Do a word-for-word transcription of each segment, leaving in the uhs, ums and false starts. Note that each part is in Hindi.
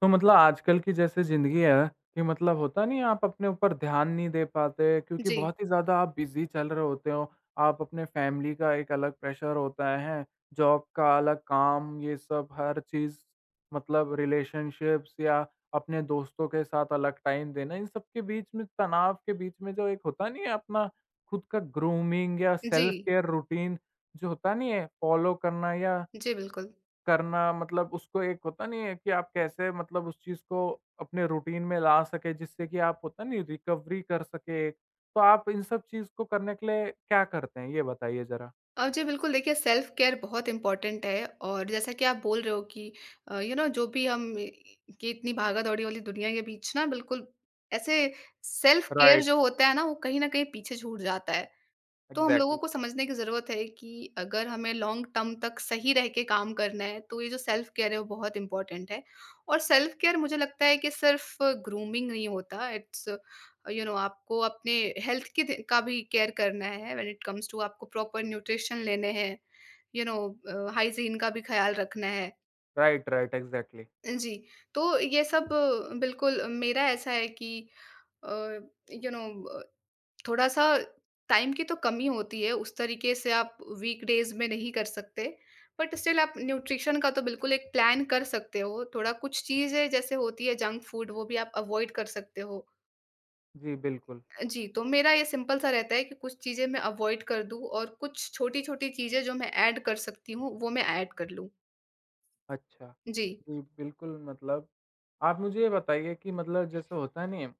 तो मतलब आजकल की जैसे ज़िंदगी है कि मतलब होता नहीं आप अपने ऊपर ध्यान नहीं दे पाते क्योंकि जी, बहुत ही ज़्यादा आप बिज़ी चल रहे होते हो। आप अपने फैमिली का एक अलग प्रेशर होता है, जॉब का अलग काम ये सब हर चीज़ मतलब रिलेशनशिप्स या अपने दोस्तों के साथ अलग टाइम देना इन सब के बीच में तनाव के बीच में जो एक होता नहीं है अपना खुद का ग्रूमिंग या जी। सेल्फ केयर रूटीन जो होता नहीं है फॉलो करना या जी, बिल्कुल। करना मतलब उसको एक होता नहीं है कि आप कैसे मतलब उस चीज़ को अपने रूटीन में ला सकें जिससे कि आप होता नहीं रिकवरी कर सकें एक। तो आप इन सब चीज़ को करने के लिए क्या करते हैं? ये बताइए ज़रा? अ, जी, बिल्कुल, देखिए सेल्फ केयर बहुत इम्पोर्टेंट है और जैसा कि आप बोल रहे हो कि अ, यू नो जो भी हम अ, कि इतनी भागा-दौड़ी वाली दुनिया के बीच ना, बिल्कुल ऐसे सेल्फ केयर राइट, जो होता है ना, वो कहीं न कहीं पीछे छूट जाता है। तो हम लोगों एग्ज़ैक्टली। को समझने की ज़रूरत है कि अगर हमें लॉन्ग टर्म तक सही रह के काम करना है, तो ये जो सेल्फ केयर है, वो बहुत इम्पोर्टेंट है। और सेल्फ केयर मुझे लगता है कि सिर्फ़ ग्रूमिंग नहीं होता, इट्स यू नो आपको अपने हेल्थ की ध का भी केयर करना है व्हेन इट कम्स टू आपको प्रॉपर न्यूट्रिशन लेने हैं, यू नो अ, हाइजीन का भी ख़्याल रखना है। Right, right, exactly. जी, तो ये सब अ, बिल्कुल मेरा ऐसा है कि अ, यू नो थोड़ा-सा टाइम की तो कमी होती है, उस तरीके से आप वीकडेज़ में नहीं कर सकते। बट स्टिल आप न्यूट्रिशन का तो बिल्कुल एक प्लान कर सकते हो। थोड़ा कुछ चीज़ें जैसे होती है जंक फूड वो भी आप अवॉइड कर सकते हो। जी, बिल्कुल। जी, तो मेरा ये सिंपल सा रहता है कि कुछ चीज़ें मैं अवॉइड कर दूँ और कुछ छोटी-छोटी चीज़ें जो मैं ऐड कर सकती हूँ, वो मैं ऐड कर लूँ। अच्छा। जी, जी, बिल्कुल मतलब आप मुझे ये बताइए कि मतलब जैसे होता नहीं है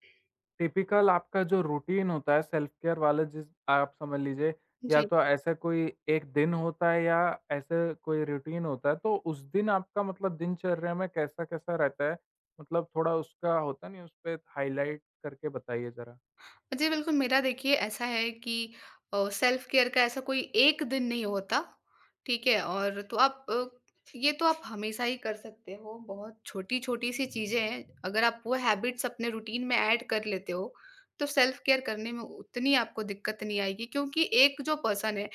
टिपिकल आपका जो रूटीन होता है सेल्फ केयर वाला जिस आप समझ लीजिए या जी। तो ऐसा कोई एक दिन होता है या ऐसे कोई रूटीन होता है तो उस दिन आपका मतलब दिनचर्या में कैसा कैसा रहता है मतलब थोड़ा उसका होता नहीं उस पे हाईलाइट करके बताइए जरा। जी, बिल्कुल, मेरा देखिए ऐसा है कि अ, सेल्फ केयर का ऐसा कोई एक दिन नहीं होता, ठीक है? और तो आप अ, ये तो आप हमेशा ही कर सकते हो, बहुत छोटी-छोटी सी चीज़ें हैं, अगर आप वो हैबिट्स अपने रूटीन में ऐड कर लेते हो, तो सेल्फ केयर करने में उतनी आपको दिक्कत नहीं आएगी क्योंकि एक जो पर्सन है,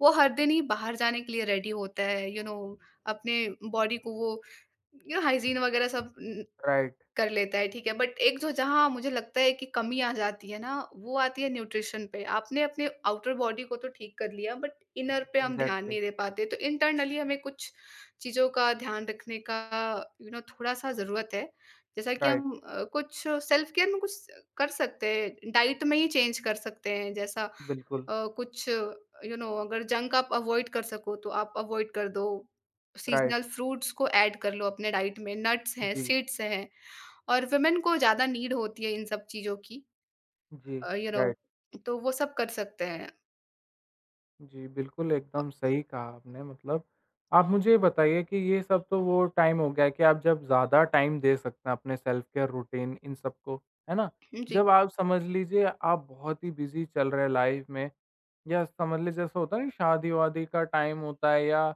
वो हर दिन ही बाहर जाने के लिए रेडी होता है, यू you नो know, अपने बॉडी को वो यू नो हाइजीन वगैरह सब राइट कर लेता है, ठीक है। बट एक जो जहाँ मुझे लगता है कि कमी आ जाती है ना, वो आती है न्यूट्रिशन पे। आपने अपने आउटर बॉडी को तो ठीक कर लिया बट इनर पे हम ध्यान एग्जैक्टली नहीं दे पाते। तो इंटरनली हमें कुछ चीज़ों का ध्यान रखने का यू नो थोड़ा-सा ज़रूरत है। जैसा कि राइट हम अ, कुछ सेल्फ केयर में कुछ कर सकते हैं, डाइट में ही चेंज कर सकते हैं। जैसा अ, बिल्कुल कुछ यू नो अगर जंक आप अवॉइड कर सको तो आप अवॉइड कर दो। राइट सीज़नल फ्रूट्स को ऐड कर लो अपने डाइट में, नट्स हैं, जी सीड्स हैं। और वुमेन को ज़्यादा नीड होती है इन सब चीज़ों की जी अ, यू नो राइट तो वो सब कर सकते हैं। जी, बिल्कुल, अ, एकदम सही कहा आपने मतलब आप मुझे ये बताइए कि ये सब तो वो टाइम हो गया कि आप जब ज़्यादा टाइम दे सकते हैं अपने सेल्फ केयर रूटीन इन सब को, है ना? जी। जब आप समझ लीजिए आप बहुत ही बिज़ी चल रहे हैं लाइफ़ में या समझ लें जैसा होता है ना शादी-वादी का टाइम होता है या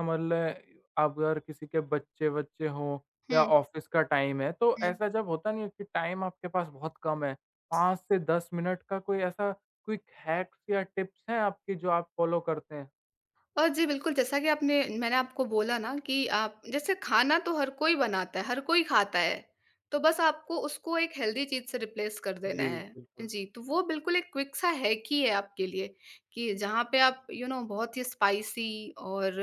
समझ लें आप अगर किसी के बच्चे-वच्चे हों या हुँ, ऑफ़िस का टाइम है, तो हुँ। ऐसा जब होता नहीं है कि टाइम आपके पास बहुत कम है, पाँच से दस मिनट का कोई ऐसा क्विक हैक्स या टिप्स हैं आपके जो आप फॉलो करते हैं? अ, जी, बिल्कुल, जैसा कि आपने मैंने आपको बोला ना कि आप जैसे खाना तो हर कोई बनाता है, हर कोई खाता है, तो बस आपको उसको एक हेल्दी चीज़ से रिप्लेस कर देना जी, है। बिल्कुल। जी, तो वो बिल्कुल एक क्विक सा हैक ही है आपके लिए कि जहाँ पे आप यू नो बहुत ही स्पाइसी और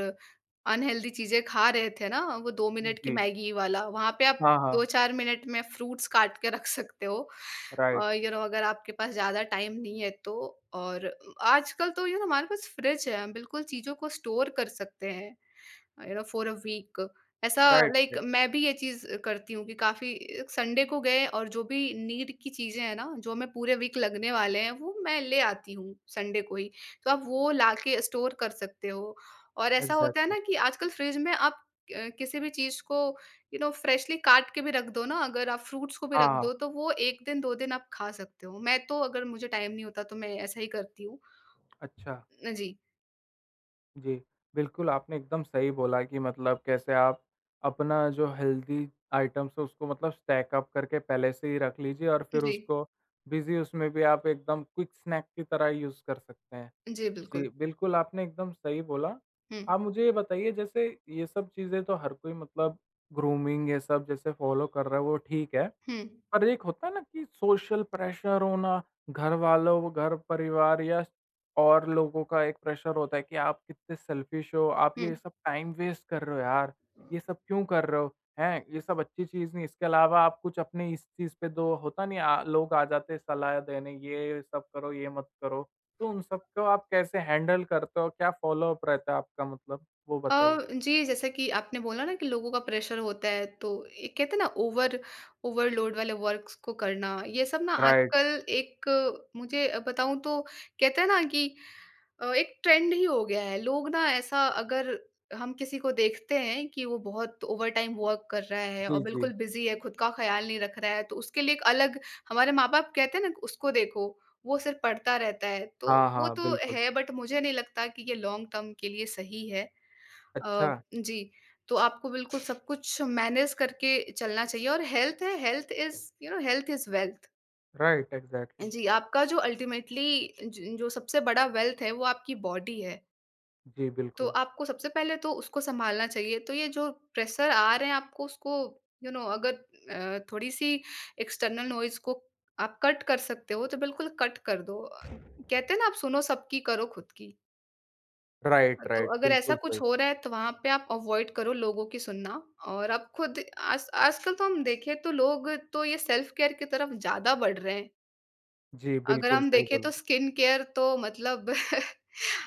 अनहेल्दी चीज़ें खा रहे थे ना, वो दो मिनट की जी। मैगी वाला, वहाँ पे आप हाँ, हाँ। दो चार मिनट में फ्रूट्स काट के रख सकते हो। अ, राइट, यू नो अगर आपके पास ज़्यादा टाइम नहीं है तो और आजकल तो यू नो हमारे पास फ्रिज है, हम बिल्कुल चीज़ों को स्टोर कर सकते हैं you know for a week ऐसा। Right, like right. मैं भी ये चीज़ करती हूँ कि काफ़ी संडे को गए और जो भी नीड की चीज़ें हैं ना, जो हमें पूरे वीक लगने वाले हैं, वो मैं ले आती हूँ संडे को ही। तो आप वो लाके स्टोर कर सकते हो और ऐसा होता है एग्ज़ैक्टली। ना कि आजकल फ्रिज में आप अ, किसी भी चीज़ को यू नो फ्रेशली काट के भी रख दो ना, अगर आप फ्रूट्स को भी रख हाँ, हाँ। दो, तो वो एक दिन, दो दिन आप खा सकते हो। मैं तो अगर मुझे टाइम नहीं होता तो मैं ऐसा ही करती हूँ। अच्छा। अ, जी। जी, बिल्कुल आपने एकदम सही बोला कि मतलब कैसे आप अपना जो हेल्दी आइटम्स है उसको मतलब स्टैक अप करके पहले से ही रख लीजिए और फिर जी। उसको बिज़ी उसमें भी आप एकदम क्विक स्नैक की तरह यूज़ कर सकते हैं। जी, बिल्कुल। जी, बिल्कुल आपने एकदम सही बोला। हुँ। आप मुझे ये बताइए जैसे ये सब चीज़ें तो हर कोई मतलब ग्रूमिंग ये सब जैसे फ़ॉलो कर रहा है वो ठीक है। हुँ, पर एक होता है ना कि सोशल प्रेशर होना, घर वालों घर परिवार या और लोगों का एक प्रेशर होता है कि आप कितने सेल्फिश हो, आप हुँ। ये सब टाइम वेस्ट कर रहे हो यार, ये सब क्यों कर रहे हो, हैं? ये सब अच्छी चीज़ नहीं, इसके अलावा आप कुछ अपने इस चीज़ पे दो होता नहीं अ, लोग आ जाते हैं सलाह देने, ये सब करो, ये मत करो। तो उन सब को आप कैसे हैंडल करते हो? क्या फ़ॉलो-अप रहता है आपका मतलब? वो अ, बताइए। जी, जैसा कि आपने बोला ना कि लोगों का प्रेशर होता है, तो ये कहते हैं ना ओवर ओवरलोड वाले वर्क्स को करना, ये सब ना राइट। आजकल एक अ, मुझे अ, बताऊँ तो कहते हैं ना कि अ, एक ट्रेंड ही हो गया है। लोग ना ऐसा, अगर हम किसी को देखते हैं कि वो बहुत ओवरटाइम वर्क कर रहा है और जी, जी। बिल्कुल बिज़ी है, खुद का ख़्याल नहीं रख रहा है, तो उसके लिए एक अलग, हमारे माँ-बाप कहते हैं ना, उसको देखो, वो सिर्फ़ पढ़ता रहता है। तो हाँ, वो हाँ, तो बिल्कुल। है बट मुझे नहीं लगता कि ये लॉन्ग टर्म के लिए सही है। अ, अच्छा, जी, तो आपको बिल्कुल सब कुछ मैनेज करके चलना चाहिए और हेल्थ है, health is you know health is wealth. Right, exactly. जी, आपका जो अल्टीमेटली ज जो सबसे बड़ा वेल्थ है वो आपकी बॉडी है। जी, तो बिल्कुल। आपको सबसे पहले तो उसको सँभालना चाहिए। तो ये जो प्रेशर आ रहे हैं आपको उसको यू you नो know, अगर अ, थोड़ी-सी एक्सटर्नल नॉइज़ को आप कट कर सकते हो तो बिल्कुल कट कर दो। अ, कहते हैं ना आप सुनो सबकी करो खुद की। राइट, तो राइट, अगर ऐसा बिल्कुल कुछ सही। हो रहा है तो वहाँ पे आप अवॉइड करो लोगों की सुनना और आप खुद आज आजकल तो हम देखें तो लोग तो ये सेल्फ केयर की तरफ ज़्यादा बढ़ रहे हैं। जी, अगर बिल्कुल हम सही देखें बोला। तो स्किन केयर तो मतलब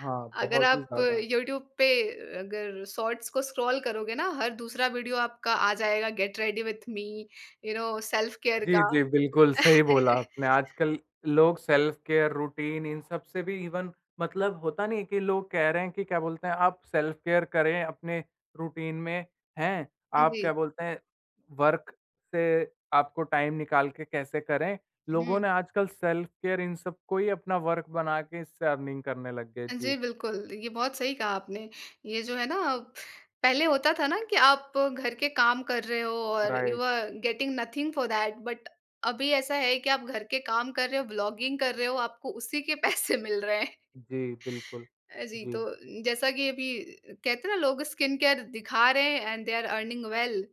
हाँ, अगर बहुत ही आप ज़्यादा। यूट्यूब पे अगर शॉर्ट्स को स्क्रॉल करोगे ना हर दूसरा वीडियो आपका आ जाएगा get ready with me, you know self care जी, का। जी, बिल्कुल सही बोला आपने। आजकल लोग सेल्फ केयर रूटीन इन सब से भी इवन मतलब होता नहीं है कि लोग कह रहे हैं कि क्या बोलते हैं आप सेल्फ केयर करें अपने रूटीन में, हैं? आप क्या जी, बोलते हैं वर्क से आपको टाइम निकाल के कैसे करें? हुँ। लोगों ने आजकल सेल्फ केयर इन सबको ही अपना वर्क बना के इससे अर्निंग करने लग गए। जी, जी, बिल्कुल। ये बहुत सही कहा आपने। ये जो है ना पहले होता था ना कि आप घर के काम कर रहे हो और you right. Are getting nothing for that but अभी ऐसा है कि आप घर के काम कर रहे हो, व्लॉगिंग कर रहे हो, आपको उसी के पैसे मिल रहे हैं। जी, बिल्कुल। अ, जी, जी, तो जैसा कि अभी कहते हैं ना लोग स्किन केयर दिखा रहे हैं and they are earning well.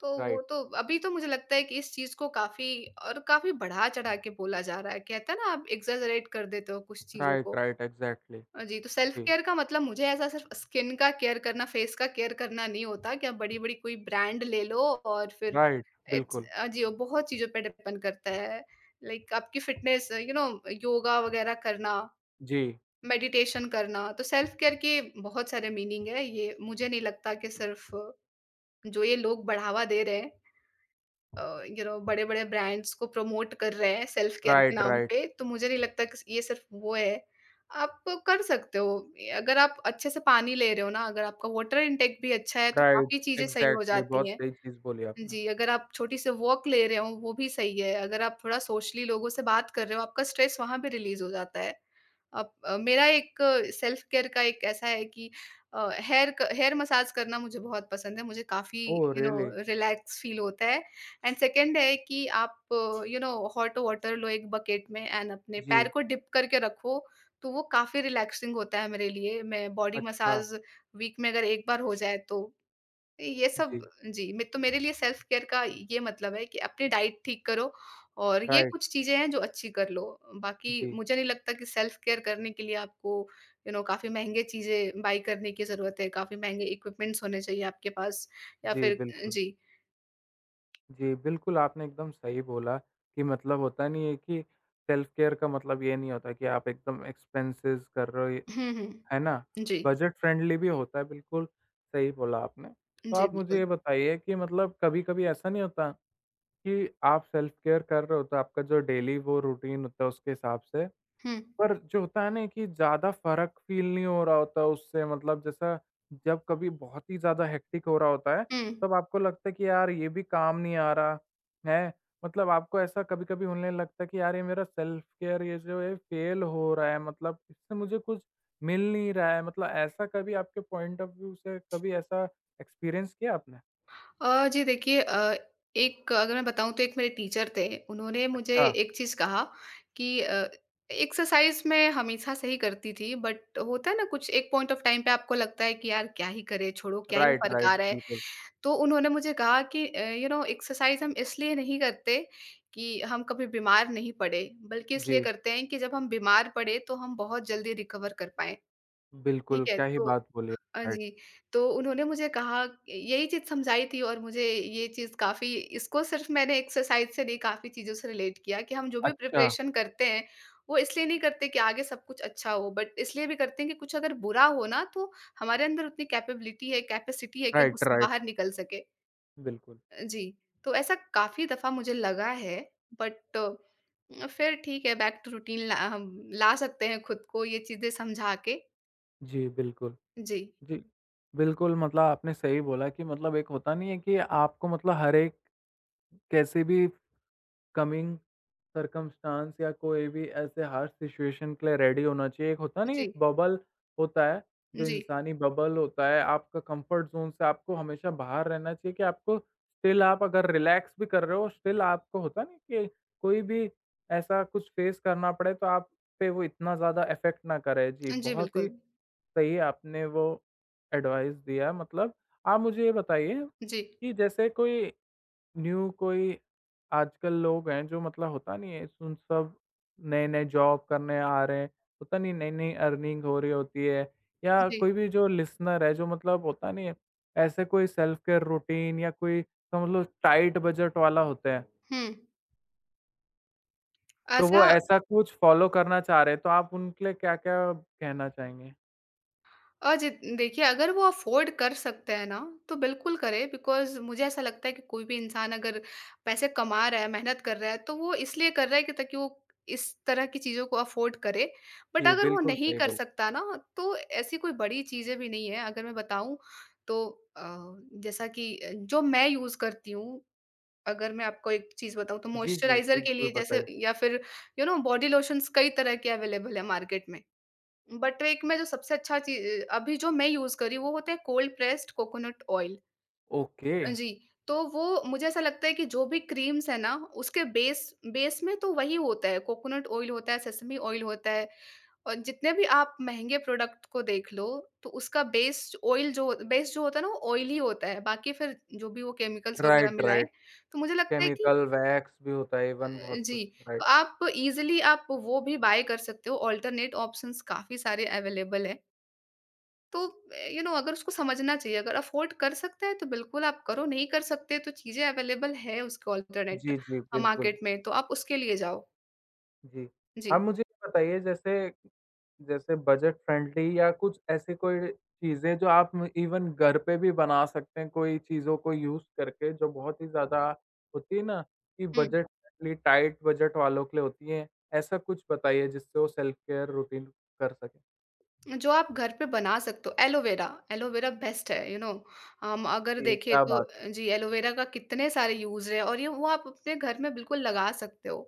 तो वो राइट। तो अभी तो मुझे लगता है कि इस चीज़ को काफ़ी और काफ़ी बढ़ा-चढ़ा के बोला जा रहा है। कहते हैं ना आप एक्ज़ैजरेट कर देते हो कुछ चीज़ों राइट, को। राइट, एग्ज़ैक्टली, अ, जी, तो सेल्फ जी, केयर का मतलब मुझे ऐसा सिर्फ़ स्किन का केयर करना, फेस का केयर करना नहीं होता कि आप बड़ी-बड़ी कोई ब्रांड ले लो और फिर राइट, इट्स बिल्कुल, अ, जी, वो बहुत चीज़ों पे डिपेंड करता है। लाइक आपकी फ़िटनेस यू नो योगा वगैरह करना, जी, मेडिटेशन करना, तो सेल्फ केयर के बहुत सारे मीनिंग है। ये मुझे नहीं लगता कि सिर्फ़ जो ये लोग बढ़ावा दे रहे हैं अ, यू नो बड़े-बड़े ब्रांड्स को प्रमोट कर रहे हैं सेल्फ केयर के राइट, नाम राइट, पे, तो मुझे नहीं लगता कि ये सिर्फ़ वो है। आप कर सकते हो, अगर आप अच्छे से पानी ले रहे हो ना, अगर आपका वाटर इंटेक भी अच्छा है, तो राइट, काफ़ी चीज़ें सही हो एग्ज़ैक्टली, जाती बहुत हैं। सही चीज़ बोली आपने। जी, अगर आप छोटी सी वॉक ले रहे हो, वो भी सही है। अगर आप थोड़ा सोशली लोगों से बात कर रहे हो, आपका स्ट्रेस वहाँ भी रिलीज़ हो जाता है। अप अ, मेरा एक सेल्फ केयर का एक ऐसा है कि अ, हेयर क हेयर मसाज करना मुझे बहुत पसंद है। मुझे काफ़ी oh you know really? Relax feel होता है एंड सेकंड है कि आप यू नो हॉट वाटर लो एक बकेट में एंड अपने पैर जी, को डिप करके रखो, तो वो काफ़ी रिलैक्सिंग होता है मेरे लिए। मैं बॉडी अच्छा, मसाज वीक में अगर एक बार हो जाए तो ये सब, जी, जी, मैं तो मेरे लिए सेल्फ केयर का ये मतलब है कि अपनी डाइट ठीक करो और ये राइट, कुछ चीज़ें हैं जो अच्छी कर लो। बाकी जी, मुझे नहीं लगता कि सेल्फ केयर करने के लिए आपको यू नो काफ़ी महँगे चीज़ें बाय करने की ज़रूरत है, काफ़ी महँगे इक्विपमेंट्स होने चाहिए आपके पास या जी, फिर बिल्कुल, जी। जी, बिल्कुल, आपने एकदम सही बोला कि मतलब होता नहीं है कि सेल्फ केयर का मतलब ये नहीं होता कि आप एकदम एक्सपेंसेस कर रहे हो, ये- हुँ, हुँ। है ना? जी। बजट फ्रेंडली भी होता है, बिल्कुल सही बोला आपने। तो जी, आप मुझे ये बिल्कुल। बताइए कि मतलब कभी-कभी ऐसा नहीं होता कि आप सेल्फ केयर कर रहे हो तो आपका जो डेली वो रूटीन होता है उसके हिसाब से। हुँ, पर जो होता है ना कि ज़्यादा फ़र्क फ़ील नहीं हो रहा होता उससे मतलब जैसा जब कभी बहुत ही ज़्यादा हेक्टिक हो रहा होता है, हुँ। तब आपको लगता है कि यार ये भी काम नहीं आ रहा है। मतलब आपको ऐसा कभी-कभी होने लगता है कि यार ये मेरा सेल्फ केयर ये जो है फ़ेल हो रहा है मतलब इससे मुझे कुछ मिल नहीं रहा है। मतलब ऐसा कभी आपके पॉइंट ऑफ व्यू से कभी ऐसा एक्सपीरियंस किया आपने? अ, जी देखिए अ, एक अगर मैं बताऊँ तो एक मेरे टीचर थे, उन्होंने मुझे अच्छा, एक चीज़ कहा कि अ, एक्सरसाइज़ मैं हमेशा से ही करती थी बट होता है ना कुछ एक पॉइंट ऑफ टाइम पे आपको लगता है कि यार क्या ही करें, छोड़ो क्या ही राइट, फ़र्क राइट, आ रहा है। बिल्कुल। तो उन्होंने मुझे कहा कि अ, यू नो एक्सरसाइज़ हम इसलिए नहीं करते कि हम कभी बीमार नहीं पड़े, बल्कि इसलिए जी। करते हैं कि जब हम बीमार पड़े तो हम बहुत जल्दी रिकवर कर पाएँ। ठीक बिल्कुल, है, क्या ही तो बात बोली, अ, राइट। जी, तो उन्होंने मुझे कहा यही चीज़ समझाई थी और मुझे ये चीज़ काफ़ी, इसको सिर्फ़ मैंने एक्सरसाइज़ से नहीं काफ़ी चीज़ों से रिलेट किया कि हम जो भी अच्छा, प्रिपरेशन करते हैं, वो इसलिए नहीं करते कि आगे सब कुछ अच्छा हो, बट इसलिए भी करते हैं कि कुछ अगर बुरा हो ना तो हमारे अंदर उतनी कैपेबिलिटी है, कैपेसिटी है कि हम राइट, उससे बाहर राइट, निकल सकें। बिल्कुल। अ, जी, तो ऐसा काफ़ी दफ़ा मुझे लगा है, बट अ, फिर ठीक है बैक टू रूटीन ला हम ला सकते हैं खुद को ये चीज़ें समझा के। जी, बिल्कुल। जी, जी, बिल्कुल मतलब आपने सही बोला कि मतलब एक होता नहीं है कि आपको मतलब हर एक कैसे भी कमिंग सर्कमस्टांस या कोई भी ऐसे हार्श सिचुएशन के लिए रेडी होना चाहिए। एक होता नहीं एक जी। बबल होता है, जो जी। इंसानी बबल होता है, आपका कंफर्ट ज़ोन से आपको हमेशा बाहर रहना चाहिए कि आपको स्टिल आप अगर रिलैक्स भी कर रहे हो, स्टिल आपको होता नहीं कि कोई भी ऐसा कुछ फेस करना पड़े तो आप पे वो इतना ज़्यादा इफ़ेक्ट ना करे। जी, जी, बहुत ही बिल्कुल। सही आपने वो एडवाइस दिया मतलब आप मुझे ये बताइए जी, कि जैसे कोई न्यू कोई आजकल लोग हैं जो मतलब होता नहीं है सुन सब नए-नए जॉब करने आ रहे हैं, होता नहीं नई-नई अर्निंग हो रही होती है या जी। कोई भी जो लिसनर है जो मतलब होता नहीं है, ऐसे कोई सेल्फ केयर रूटीन या कोई समझ लो टाइट बजट वाला होता है, हुँ। तो वो अच्छा ऐसा कुछ फॉलो करना चाह रहे हैं, तो आप उनके लिए क्या-क्या कहना चाहेंगे? और जित देखिए अगर वो अफ़ोर्ड कर सकते हैं ना, तो बिल्कुल करें बिकॉज़ मुझे ऐसा लगता है कि कोई भी इंसान अगर पैसे कमा रहा है, मेहनत कर रहा है, तो वो इसलिए कर रहा है कि ताकि वो इस तरह की चीज़ों को अफ़ोर्ड करे। बट जी, अगर वो बिल्कुल नहीं सही कर बोला। सकता ना, तो ऐसी कोई बड़ी चीज़ें भी नहीं है। अगर मैं बताऊँ तो अ, जैसा कि अ, जो मैं यूज़ करती हूँ, अगर मैं आपको एक चीज़ बताऊँ तो जी, जी, मॉइस्चराइज़र के बिल्कुल लिए जैसे बताइए। या फिर यू नो बॉडी लोशन्स कई तरह के अवेलेबल है मार्केट में। बट एक में जो सबसे अच्छा ची अभी जो मैं यूज़ कर रही हूँ वो होता है cold pressed coconut oil. Okay. जी, तो वो मुझे ऐसा लगता है कि जो भी क्रीम्स है ना, उसके बेस बेस में तो वही होता है, कोकोनट ऑयल होता है, सेसमी ऑयल होता है और जितने भी आप महँगे प्रोडक्ट को देख लो तो उसका बेस ऑयल जो बेस जो होता है ना वो ऑयल ही होता है। बाकी फिर जो भी वो केमिकल्स वग़ैरह राइट, मिलाएँ, राइट। तो मुझे लगता है कि केमिकल, वैक्स भी होता है अ, इवन बहुत कुछ, जी, तो राइट। आप ईज़िली आप वो भी बाय कर सकते हो, अल्टरनेट ऑप्शंस काफ़ी सारे अवेलेबल हैं। तो अ, यू नो अगर उसको समझना चाहिए, अगर अफ़ोर्ड कर सकते हैं तो बिल्कुल आप करो, नहीं कर सकते तो चीज़ें अवेलेबल है उसके अल्टरनेट जी, जी, अ, बिल्कुल, मार्केट में, तो आप उसके लिए जाओ। जी। आप जी। मुझे ये बताइए जैसे जैसे बजट फ्रेंडली या कुछ ऐसी कोई चीज़ें जो आप म इवन घर पे भी बना सकते हैं, कोई चीज़ों को यूज़ करके जो बहुत ही ज़्यादा होती है ना कि हुँ, बजट फ्रेंडली टाइट बजट वालों के लिए होती हैं, ऐसा कुछ बताइए जिससे वो सेल्फ केयर रूटीन कर सकें? जो आप घर पे बना सकते हो एलोवेरा, एलोवेरा बेस्ट है, यू नो हम अगर जी, देखें क्या तो बात है! जी, एलोवेरा का कितने सारे यूज़ हैं और ये वो आप अपने घर में बिल्कुल लगा सकते हो।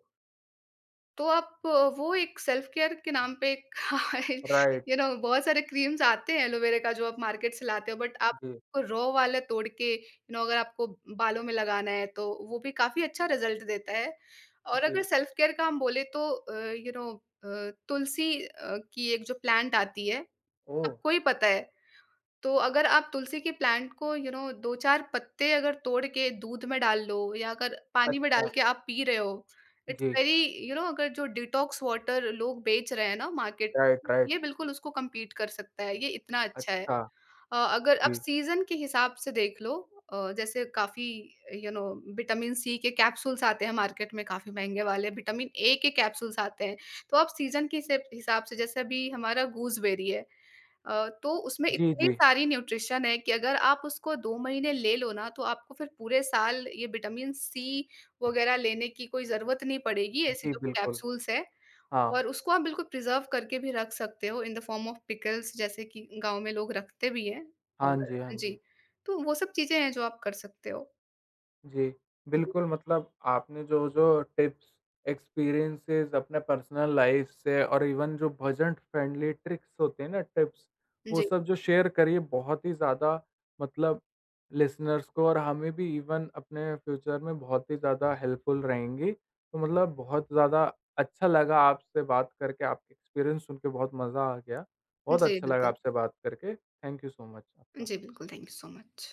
तो आप अ, वो एक सेल्फ केयर के नाम पे एक राइट, यू नो बहुत सारे क्रीम्स आते हैं एलोवेरा का जो आप मार्केट से लाते हो, बट आप जी, रॉ वाले तोड़ के यू नो अगर आपको बालों में लगाना है तो वो भी काफी अच्छा रिजल्ट देता है। और अगर जी। सेल्फ केयर का हम बोले तो अ, यू नो अ, तुलसी अ, की एक जो प्लांट आती है, ओह! सबको ही पता है। तो अगर आप तुलसी के प्लांट को यू नो दो चार पत्ते अगर तोड़ के दूध में डाल लो या अगर पानी में डाल अच्छा, के आप पी रहे हो, it's ji, very you know अगर जो डिटॉक्स वाटर लोग बेच रहे हैं ना मार्केट राइट, में, राइट, ये बिल्कुल उसको कम्पीट कर सकता है, ये इतना अच्छा है। अच्छा, अ, अगर आप जी। सीज़न के हिसाब से देख लो अ, जैसे काफ़ी यू नो विटामिन सी के कैप्सूल्स आते हैं मार्केट में काफ़ी महँगे वाले, विटामिन ए के कैप्सूल्स आते हैं। तो आप सीज़न के हिसेब हिसाब से जैसे अभी हमारा गूसबेरी है, अ, तो उसमें जी, इतनी जी, सारी न्यूट्रिशन है कि अगर आप उसको दो महीने ले लो ना, तो आपको फिर पूरे साल ये विटामिन सी वगैरह लेने की कोई ज़रूरत नहीं पड़ेगी, ऐसी जी, जो बिल्कुल। कैप्सूल्स हैं। हाँ, और उसको आप बिल्कुल प्रिज़र्व करके भी रख सकते हो in the form of pickles जैसे कि गाँव में लोग रखते भी हैं। और हाँ जी, हाँ जी। जी, तो वो सब चीज़ें हैं जो आप कर सकते हो। जी, जी, बिल्कुल मतलब आपने जो-जो टिप्स, एक्सपीरियंसेस अपने पर्सनल लाइफ़ से और इवन जो बजट फ्रेंडली ट्रिक्स होते हैं ना टिप्स, वो जी, सब जो शेयर करी बहुत ही ज़्यादा मतलब लिसनर्स को और हमें भी इवन अपने फ्यूचर में बहुत ही ज़्यादा हेल्पफुल रहेंगी। तो मतलब बहुत ज़्यादा अच्छा लगा आपसे बात करके, आपके एक्सपीरियंस सुन के बहुत मज़ा आ गया। बहुत जी अच्छा लगा बिल्कुल। आपसे बात करके। थैंक यू सो मच आपका। जी, बिल्कुल, थैंक यू सो मच।